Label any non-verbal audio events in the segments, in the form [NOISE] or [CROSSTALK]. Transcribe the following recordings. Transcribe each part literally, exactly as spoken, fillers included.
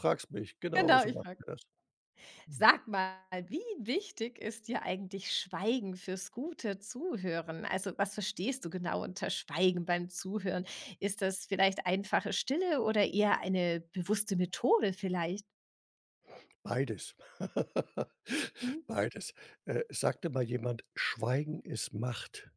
Fragst mich, genau Genau, so ich machen frage: wir das. Hm, „Sag mal, wie wichtig ist dir eigentlich Schweigen fürs gute Zuhören? Also, was verstehst du genau unter Schweigen beim Zuhören? Ist das vielleicht einfache Stille oder eher eine bewusste Methode vielleicht?" beides. [LAUGHS] Mhm. Beides. Äh, sagte mal jemand: „Schweigen ist Macht",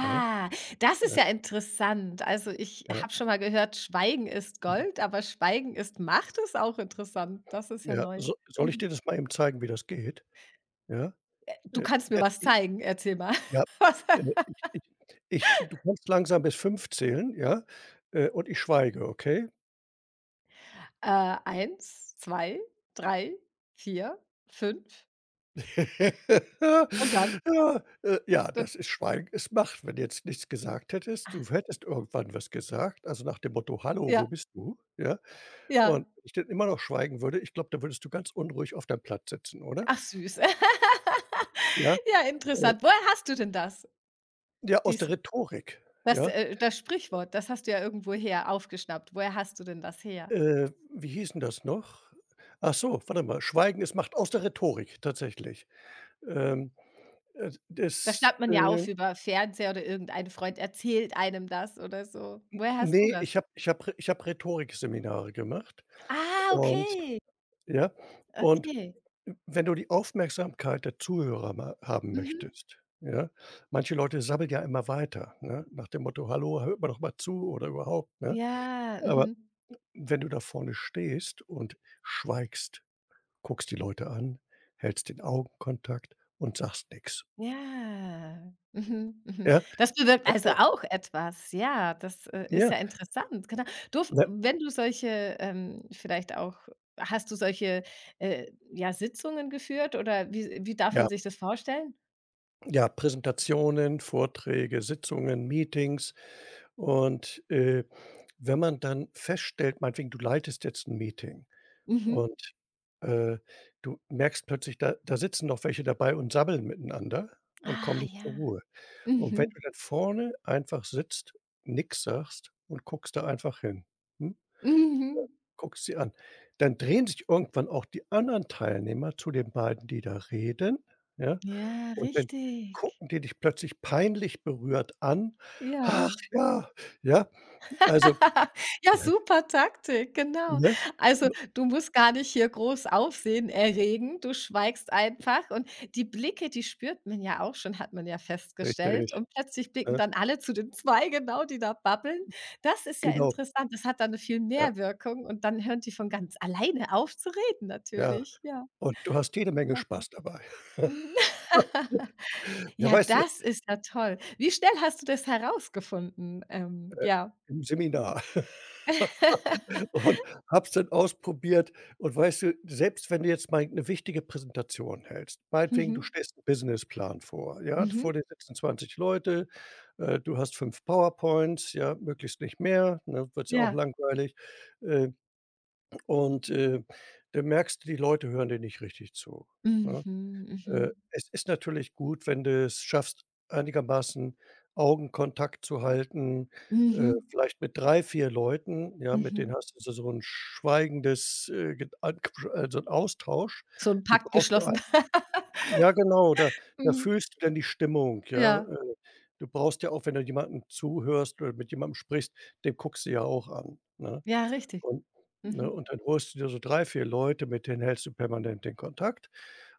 ja, das ja, ist ja interessant. Also, ich ja, habe schon mal gehört, Schweigen ist mhm, Gold, aber Schweigen ist Macht ist auch interessant. Das ist ja ja. neu. So soll ich Mhm. dir das mal eben zeigen, wie das geht? Ja, Du äh, kannst mir ja, was i zeigen, erzähl mal. ja, äh, [LAUGHS] ich ich ich du kannst langsam bis fünf zählen, ja, äh, und ich schweige, okay? Äh, eins, zwei, drei, vier, fünf und dann [LAUGHS] Ja, äh, ja, d das ist Schweigen ist Macht. Wenn du jetzt nichts gesagt hättest, du hättest irgendwann was gesagt, also nach dem Motto: „Hallo, wo ja, bist du?" Ja? ja. Und wenn ich dann immer noch schweigen würde, ich glaube, da würdest du ganz unruhig auf deinem Platz sitzen, oder? Ach süß. Ja, [LAUGHS] Ja, äh, interessant. Woher hast du denn das? ja, aus der Dies Rhetorik, das, ja. äh das Sprichwort, das hast du ja irgendwoher aufgeschnappt. Woher hast du denn das her? Äh, wie hieß 'n das noch? Ach so, warte mal, Schweigen ist Macht aus der Rhetorik, tatsächlich. Ähm, äh, Das das, schnappt man ja äh auf über Fernseher oder irgendein Freund erzählt einem das oder so. Woher hast du ne, das? ich habe ich habe ich habe Rhetorikseminare gemacht Ah, und okay. ja, und Okay. wenn du die Aufmerksamkeit der Zuhörer mal haben Mhm. möchtest, ja, manche Leute sabbeln ja immer weiter, ne, nach dem Motto: „Hallo, hört mir doch mal zu" oder überhaupt, ne? Ja, Aber mhm. wenn du da vorne stehst und schweigst, guckst die Leute an, hältst den Augenkontakt und sagst nix. Ja. Mhm, mhm. Ja, Das bewirkt glaub also mir. auch etwas. Ja, das, äh, ist Ja, ja interessant, genau. Du ne, Wenn du solche, ähm, vielleicht auch hast du solche, äh, ja, Sitzungen geführt oder wie wie darf ja, man sich das vorstellen? ja, Präsentationen, Vorträge, Sitzungen, Meetings und, äh, wenn man dann feststellt meinetwegen, du leitest jetzt ein Meeting Mhm. und, äh, du merkst plötzlich, da da sitzen noch welche dabei und sabbeln miteinander und kommen Ah nicht zur ja. Ruhe. Und wenn Mhm. du dann vorne einfach sitzt, nix sagst und guckst da einfach hin, hm? Mhm. Guckst sie an. Dann drehen sich irgendwann auch die anderen Teilnehmer zu den beiden, die da reden, ja? Ja, Und dann richtig. gucken die dich plötzlich peinlich berührt an. „Ach Ja. ja", ja? Also, [LAUGHS] Ja, super Taktik, genau. ne? Also, du musst gar nicht hier groß Aufsehen erregen. Du schweigst einfach und die Blicke, die spürt man ja auch schon, hat man ja festgestellt Richtig, und plötzlich blicken ne? dann alle zu den zwei genau, die da babbeln. Das ist ja Genau. interessant. Das hat dann 'ne viel Ja, mehr Wirkung und dann hören die von ganz alleine auf zu reden ja. natürlich. Ja, Und du hast jede Menge klasse. Spaß dabei. [LAUGHS] Mhm. [LAUGHS] Ja, Ja, weißt du, das ist ja toll. Wie schnell hast du das herausgefunden? Ähm, äh, ja. im Seminar. [LAUGHS] [LAUGHS] Und habe es dann ausprobiert und weißt du, selbst wenn du jetzt mal 'ne wichtige Präsentation hältst, meinetwegen, du Mhm. stellst 'n Businessplan vor, ja? Mhm. Vor dir sitzen zwanzig Leute, äh, du hast fünf PowerPoints, ja, möglichst nicht mehr, ne, wird's ja auch Ja. langweilig. Äh, und, äh, dann merkst du, die Leute hören dir nicht richtig zu, ne? Mhm, Äh, mhm. Es ist natürlich gut, wenn du es schaffst, einigermaßen Augenkontakt zu halten, äh, Mhm, vielleicht mit drei vier Leuten, ja, mit mhm. denen hast du so so 'n schweigendes, äh, Ged an Quatsch also 'n Austausch, So 'n die Pakt brauchst du ein geschlossen. [LAUGHS] ja genau, da da Mhm. fühlst du dann die Stimmung, ja. Ja, Äh, du brauchst ja auch, wenn du jemandem zuhörst oder mit jemandem sprichst, den guckst du ja auch an, ne? ja, richtig. Und ne, Mhm, und dann holst du dir so drei vier Leute, mit denen hältst du permanent den Kontakt.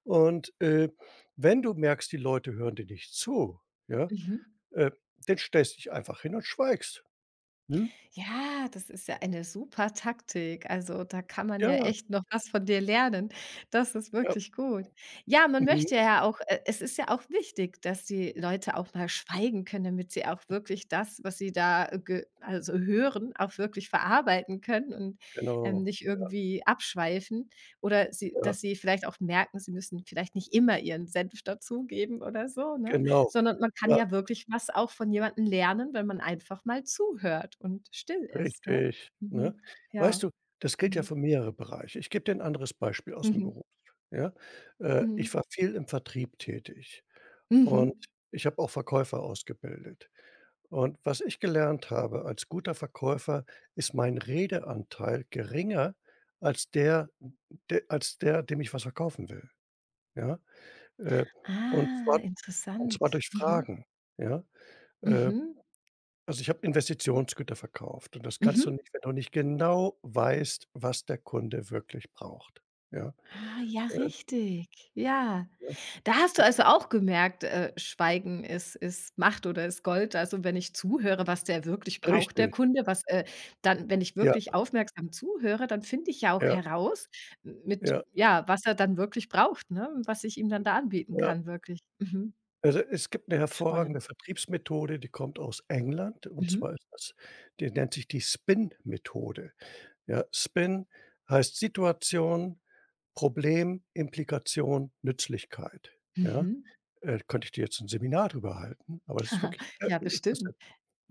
Und, äh, wenn du merkst, die Leute hören dir nicht zu, ja, mhm. äh, dann stellst dich einfach hin und schweigst. Mhm. Ja, das ist ja eine super Taktik. Also, da kann man ja Ja, echt noch was von dir lernen. Das ist ja, wirklich gut. Ja, man mhm, möchte ja auch äh, es ist ja auch wichtig, dass die Leute auch mal schweigen können, damit sie auch wirklich das, was sie da äh, ge also hören, auch wirklich verarbeiten können und, ähm, genau, nicht irgendwie abschweifen oder sie ja, dass sie vielleicht auch merken, sie müssen vielleicht nicht immer ihren Senf dazugeben oder so, ne? genau. Sondern man kann Ja, ja wirklich was auch von jemandem lernen, wenn man einfach mal zuhört und still ist, gell? richtig, ne? Mhm. Weißt Ja. du, das gilt ja Mhm. für mehrere Bereiche. Ich gebe dir ein anderes Beispiel aus dem Mhm. Beruf, ja? Äh, ich Mhm. war viel im Vertrieb tätig Mhm. und ich habe auch Verkäufer ausgebildet. Und was ich gelernt habe als guter Verkäufer, ist mein Redeanteil geringer als der de als der, dem ich was verkaufen will, ja? Äh, und Ah, zwar und interessant. zwar durch Mhm. Fragen, ja? Äh, Mhm. also, ich habe Investitionsgüter verkauft und das kannst du Mhm. nicht, wenn du nicht genau weißt, was der Kunde wirklich braucht, ja? Ah, ja, Äh, richtig. Ja. Da hast du äh, also auch gemerkt, äh, Schweigen ist ist Macht oder ist Gold. Also, wenn ich zuhöre, was der wirklich braucht, der Richtig, Kunde, was, äh dann wenn ich ja, wirklich aufmerksam zuhöre, dann finde ich ja auch ja, heraus m mit ja, ja, was er dann wirklich braucht, ne, was ich ihm dann da anbieten ja. kann wirklich. Mhm. Also, es gibt eine Spannend. hervorragende Vertriebsmethode, die kommt aus England, und Mhm. zwar ist das die nennt sich die Spin-Methode. Ja, Spin heißt Situation, Problem, Implikation, Nützlichkeit, ja? Mhm. Äh, könnte ich dir jetzt ein Seminar drüber halten, aber das ist wirklich ja, äh, Ja, klasse. bestimmt.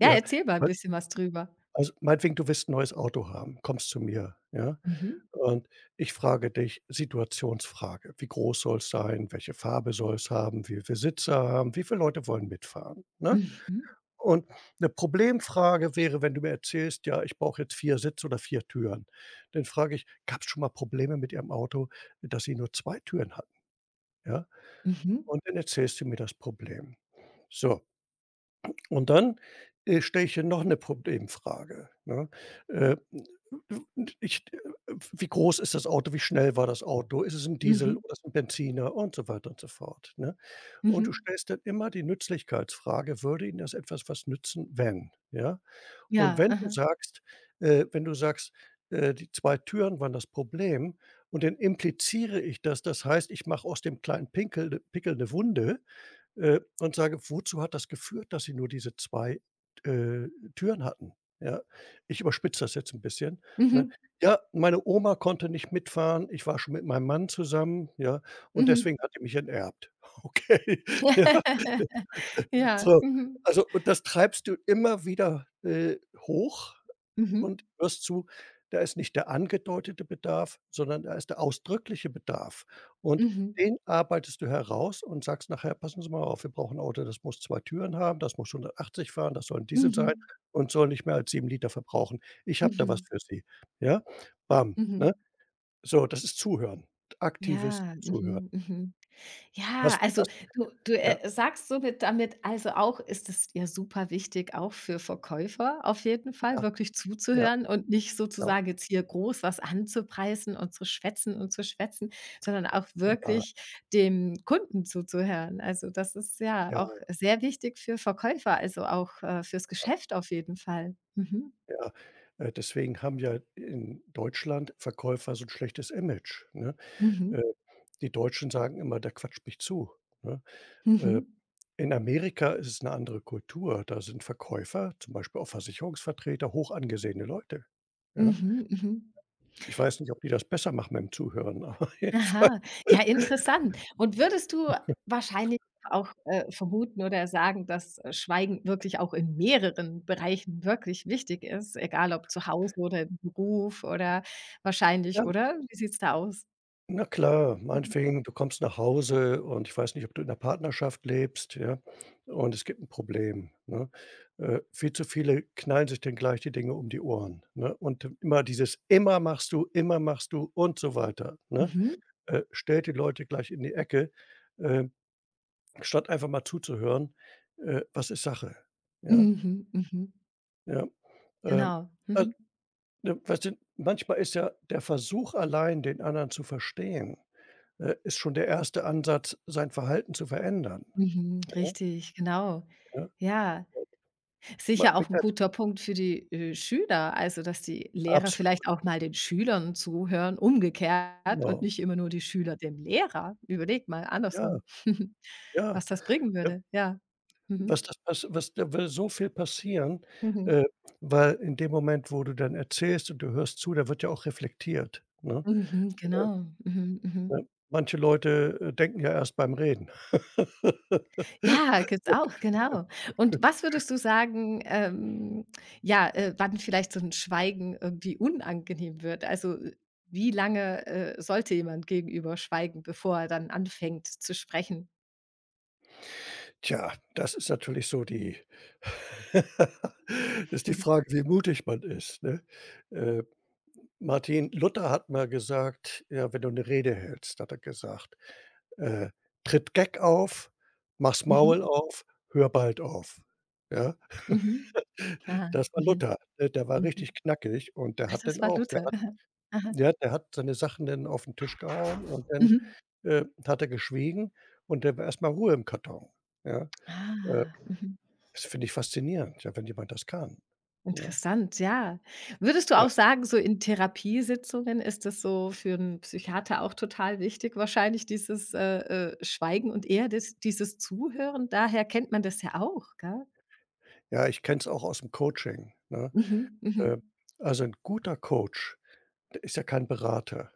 Ja, erzähl mal ein al bisschen was drüber. also, meinetwegen, du willst 'n neues Auto haben, kommst zu mir, ja? Mhm. Und ich frage dich Situationsfrage: Wie groß soll es sein? Welche Farbe soll es haben? Wie viele Sitze haben? Wie viele Leute wollen mitfahren, ne? Mhm. Und 'ne Problemfrage wäre, wenn du mir erzählst: „Ja, ich brauche jetzt vier Sitze oder vier Türen." Dann frage ich: „Gab's schon mal Probleme mit Ihrem Auto, dass Sie nur zwei Türen hatten?" Ja? Mhm. Und dann erzählst du mir das Problem. So, und dann, äh, stelle ich dir noch 'ne Problemfrage, ne? Äh, ich Wie groß ist das Auto? Wie schnell war das Auto? Ist es 'n Mhm. Diesel Mhm. oder ist es 'n Benziner? Und so weiter und so fort, ne? Und du Mhm. stellst dann immer die Nützlichkeitsfrage: „Würde Ihnen das etwas was nützen, wenn?" Ja? Und Ja, wenn du aha. sagst äh, wenn du sagst, äh, die zwei Türen waren das Problem und dann impliziere ich das. Das heißt, ich mache aus dem kleinen Pinkel 'ne Pickel eine Wunde, äh, und sage: „Wozu hat das geführt, dass Sie nur diese zwei äh, Türen hatten?" Ja? Ich überspitze das jetzt ein bisschen, ne? Mhm. „Ja, meine Oma konnte nicht mitfahren. Ich war schon mit meinem Mann zusammen, ja, und deswegen Mhm. hat die mich enterbt." [LAUGHS] Okay, [LAUGHS] ja. [LAUGHS] Ja, So, mhm. also und das treibst du immer wieder, äh, hoch und Mhm. hörst zu, da ist nicht der angedeutete Bedarf, sondern da ist der ausdrückliche Bedarf. Und Mhm. den arbeitest du heraus und sagst nachher: „Passen Sie mal auf, wir brauchen 'n Auto, das muss zwei Türen haben, das muss hundertachtzig fahren, das soll 'n Diesel sein Mhm. und soll nicht mehr als sieben Liter verbrauchen. Ich habe da was Mhm. für Sie." Ja? Bam, ne? Mhm. So, das ist Zuhören, aktives Ja, Zuhören. mhm, mhm. Ja, Hast also hast du du, Ja, äh, sagst somit damit also auch ist es ja super wichtig, auch für Verkäufer auf jeden Fall ja, wirklich ja, zuzuhören und nicht genau. sozusagen jetzt hier groß was anzupreisen und zu schwätzen und zu schwätzen, sondern auch Ja, wirklich dem Kunden zuzuhören. Also, das ist ja ja, auch sehr wichtig für Verkäufer, also auch, äh, fürs Geschäft auf jeden Fall. Mhm. ja. Äh, deswegen haben ja in Deutschland Verkäufer so 'n schlechtes Image, ne? Mhm. Äh Die Deutschen sagen immer: „Der quatscht mich zu", ne? Äh, Mhm. in Amerika ist es 'ne andere Kultur. Da sind Verkäufer, zum Beispiel auch Versicherungsvertreter, hoch angesehene Leute, ja? Mhm. Mhm. Mhm. Ich weiß nicht, ob die das besser machen mit dem Zuhören, [LAUGHS] aber jedenfalls Aha, ja interessant. Und würdest du wahrscheinlich auch, äh, vermuten oder sagen, dass, äh, Schweigen wirklich auch in mehreren Bereichen wirklich wichtig ist, egal ob zu Hause oder im Beruf oder ja, wahrscheinlich, oder? Wie sieht's da aus? na klar, meinetwegen, du kommst nach Hause und ich weiß nicht, ob du in 'ner Partnerschaft lebst, ja, und es gibt 'n Problem, ne? Äh, viel zu viele knallen sich dann gleich die Dinge um die Ohren, ne? Und immer dieses: „Immer machst du, immer machst du" und so weiter, ne? Mhm. Äh, stellt die Leute gleich in die Ecke, äh, statt einfach mal zuzuhören, äh, was ist Sache, ja? Mhm, mhm. Mhm. Ja. Ähm, Genau. al Mhm. Ne, weißt du, manchmal ist ja der Versuch allein, den anderen zu verstehen, äh, ist schon der erste Ansatz, sein Verhalten zu verändern, Mhm. ja, Richtig, genau. ja. Ja. Ma Sicher auch ein guter Punkt für die, äh, Schüler, also, dass die Lehrer Absolut, vielleicht auch mal den Schülern zuhören, umgekehrt und genau. nicht immer nur die Schüler dem Lehrer. Überleg mal Ja, andersrum, [LAUGHS] ja, was das bringen ne? würde, ja. Was Mhm. das was was Da würde so viel passieren, Mhm. äh, weil in dem Moment, wo du dann erzählst und du hörst zu, da wird ja auch reflektiert, ne? Mhm, genau. Mhm, mhm. Ne? Manche Leute, äh, denken ja erst beim Reden. Ja, gibt's auch, [LAUGHS] genau. Und was würdest du sagen, ähm, ja, äh, wann vielleicht so ein Schweigen irgendwie unangenehm wird? Also, äh, wie lange, äh, sollte jemand gegenüber schweigen, bevor er dann anfängt zu sprechen? Tja, das ist natürlich so die [LAUGHS] ist die Mhm. Frage, wie mutig man ist, ne? Äh, Martin Luther hat mal gesagt, ja, wenn du eine Rede hältst, hat er gesagt, äh: „Tritt keck auf, mach's Maul Mhm. auf, hör bald auf." Ja? Mhm. Ah. Das war Mhm. Luther. Der der war richtig Mhm. knackig und der Ah, hat das dann war auch der Luther. hat [LAUGHS] Aha. Aha. ja, der hat seine Sachen dann auf 'n Tisch gehauen und dann, Mhm. äh, hat er geschwiegen und dann war erst mal Ruhe im Karton, ja? Äh, Ah. Mhm. Das finde ich faszinierend, ja, wenn jemand das kann, ne? Interessant, ja. Würdest du Ja. auch sagen, so in Therapiesitzungen ist das so für 'n Psychiater auch total wichtig wahrscheinlich, dieses, äh, äh, Schweigen und eher das dieses Zuhören? Daher kennt man das ja auch, gell? Ja, ich kenne es auch aus'm Coaching, ne? Mhm. Äh, Mhm. also, 'n guter Coach, der ist ja kein Berater.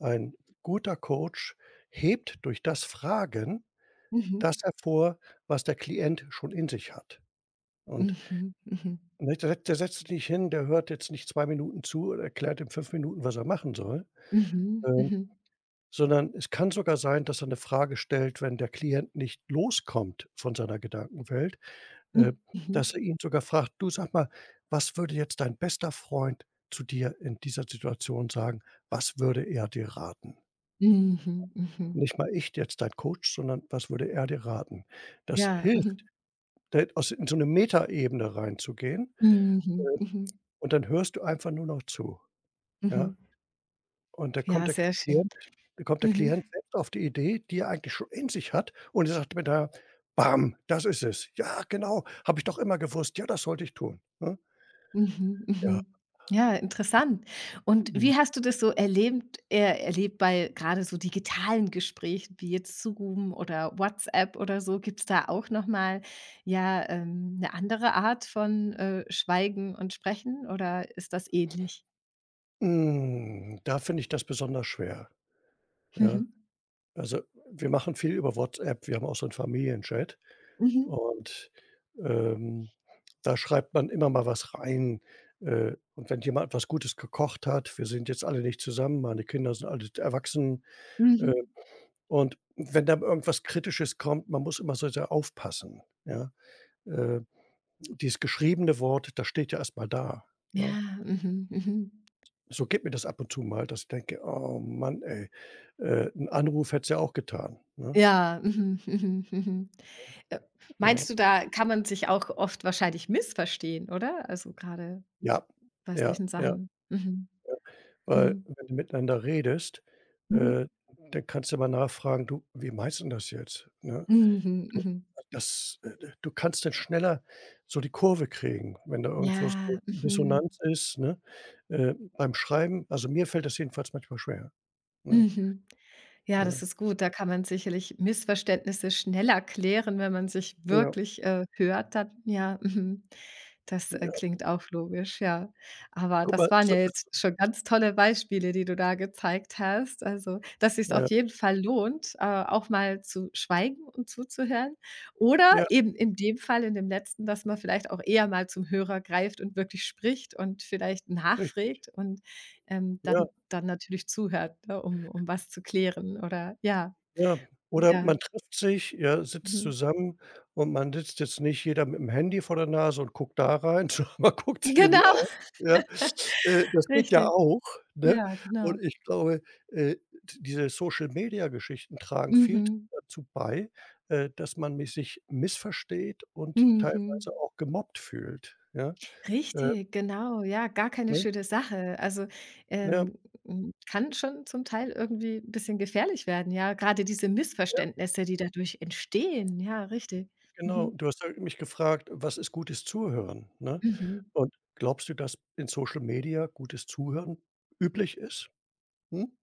Ein guter Coach hebt durch das Fragen Mhm. das hervor, was der Klient schon in sich hat. Und Mhm. Mhm. Ne, der setzt der setzt sich nicht hin, der hört jetzt nicht zwei Minuten zu und erklärt in fünf Minuten, was er machen soll, Mhm. ähm, Mhm. sondern es kann sogar sein, dass er 'ne Frage stellt, wenn der Klient nicht loskommt von seiner Gedankenwelt, äh, Mhm. dass er ihn sogar fragt: „Du, sag mal, was würde jetzt dein bester Freund zu dir in dieser Situation sagen? Was würde er dir raten?" Mhm. Mhm. Nicht mal ich, jetzt dein Coach, sondern was würde er dir raten? Das Ja. hilft, Mhm. da aus in so 'ne Metaebene reinzugehen Mhm. Mhm. und dann hörst du einfach nur noch zu, ja? Mhm. Und da kommt Ja, der sehr schön. Klient da kommt der Mhm. Klient selbst auf die Idee, die er eigentlich schon in sich hat und er sagt mir da: „Bam, das ist es. Ja, genau, habe ich doch immer gewusst. Ja, das sollte ich tun", ne? Mhm. Ja, Mhm. Ja, interessant. Und mhm. wie hast du das so erlebt äh, erlebt bei gerade so digitalen Gesprächen wie jetzt Zoom oder WhatsApp oder so? Gibt's da auch noch mal, ja, ähm, 'ne andere Art von, äh, Schweigen und Sprechen oder ist das ähnlich? Hm, da finde ich das besonders schwer, ja. Mhm. Also, wir machen viel über WhatsApp, wir haben auch so 'n Familienchat Mhm. und, ähm, da schreibt man immer mal was rein, äh, und wenn jemand was Gutes gekocht hat wir sind jetzt alle nicht zusammen, meine Kinder sind alle erwachsen, äh Mhm. Und wenn da irgendwas Kritisches kommt, man muss immer so sehr aufpassen, ja? Äh, Dieses geschriebene Wort, das steht ja erstmal da, ne? Ja. Mhm. Mhm. So geht mir das ab und zu mal, dass ich denke: „Oh Mann, ey, äh, 'n Anruf hättest ja auch getan", ne? Ja. Mhm. Mhm. Mhm. Äh, Ja, Meinst du, da kann man sich auch oft wahrscheinlich missverstehen, oder? Also, gerade ja, bei ja, solchen ja. Sachen. Mhm. Weil Mhm. wenn du miteinander redest, Mhm. äh, dann kannst du mal nachfragen: „Du, wie meinst 'n das jetzt?", ne? Mhm. Du, Mhm. das äh, d du kannst dann schneller so die Kurve kriegen, wenn da irgendwo so Ja. 'ne Mhm. Dissonanz ist, ne? Äh, beim Schreiben also, mir fällt das jedenfalls manchmal schwer, ne? Mhm. Ja, das Ja, ist gut. Da kann man sicherlich Missverständnisse schneller klären, wenn man sich ja, wirklich, äh, hört dann. Ja, mhm. Das, äh, ja. klingt auch logisch, ja. Aber Guck das mal, waren so ja ist jetzt schon ganz tolle Beispiele, die du da gezeigt hast. Also, dass sich's ja, auf jeden Fall lohnt, äh, auch mal zu schweigen und zuzuhören. Oder ja, eben in dem Fall, in dem letzten, dass man vielleicht auch eher mal zum Hörer greift und wirklich spricht und vielleicht richtig. nachfragt und ähm, Ja. dann dann natürlich zuhört, ne, um um was zu klären oder ja, Ja, oder ja. man trifft sich, ja, sitzt Mhm. zusammen und man sitzt jetzt nicht jeder mit dem Handy vor der Nase und guckt da rein, [LAUGHS] sondern man guckt sich in die Genau, Augen, [LAUGHS] ja. Äh, das geht ja richtig. auch, ne? Ja, genau. Und ich glaube, äh, d diese Social-Media-Geschichten tragen viel Mhm. dazu bei, äh, dass man mi sich missversteht und Mhm. teilweise auch gemobbt fühlt, ja? Äh, Richtig, genau, ja, gar keine ne? schöne Sache. Also, Ja. ähm, hm, kann schon zum Teil irgendwie ein bisschen gefährlich werden, ja, gerade diese Missverständnisse, die dadurch entstehen. Ja, richtig. Genau, Mhm. du hast ja mich gefragt: „Was ist gutes Zuhören", ne? Mhm. Und glaubst du, dass in Social Media gutes Zuhören üblich ist? Hm?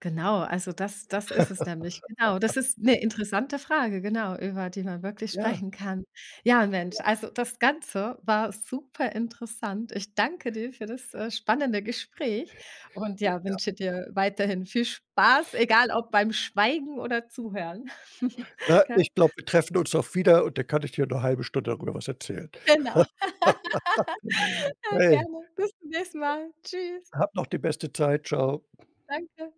Genau, also das das ist es nämlich. Genau, das ist eine interessante Frage, genau, über die man wirklich Ja. sprechen kann. Ja, Mensch, also das Ganze war super interessant. Ich danke dir für das, äh, spannende Gespräch und ja, wünsche dir weiterhin viel Spaß, egal ob beim Schweigen oder Zuhören. [LAUGHS] Na, Gell? ich glaube, wir treffen uns auch wieder und da kann ich dir noch 'ne halbe Stunde darüber was erzählen. Genau. Ja, Hey, gerne. Bis zum nächsten Mal. Tschüss. hab noch die beste Zeit. Tschau. Danke.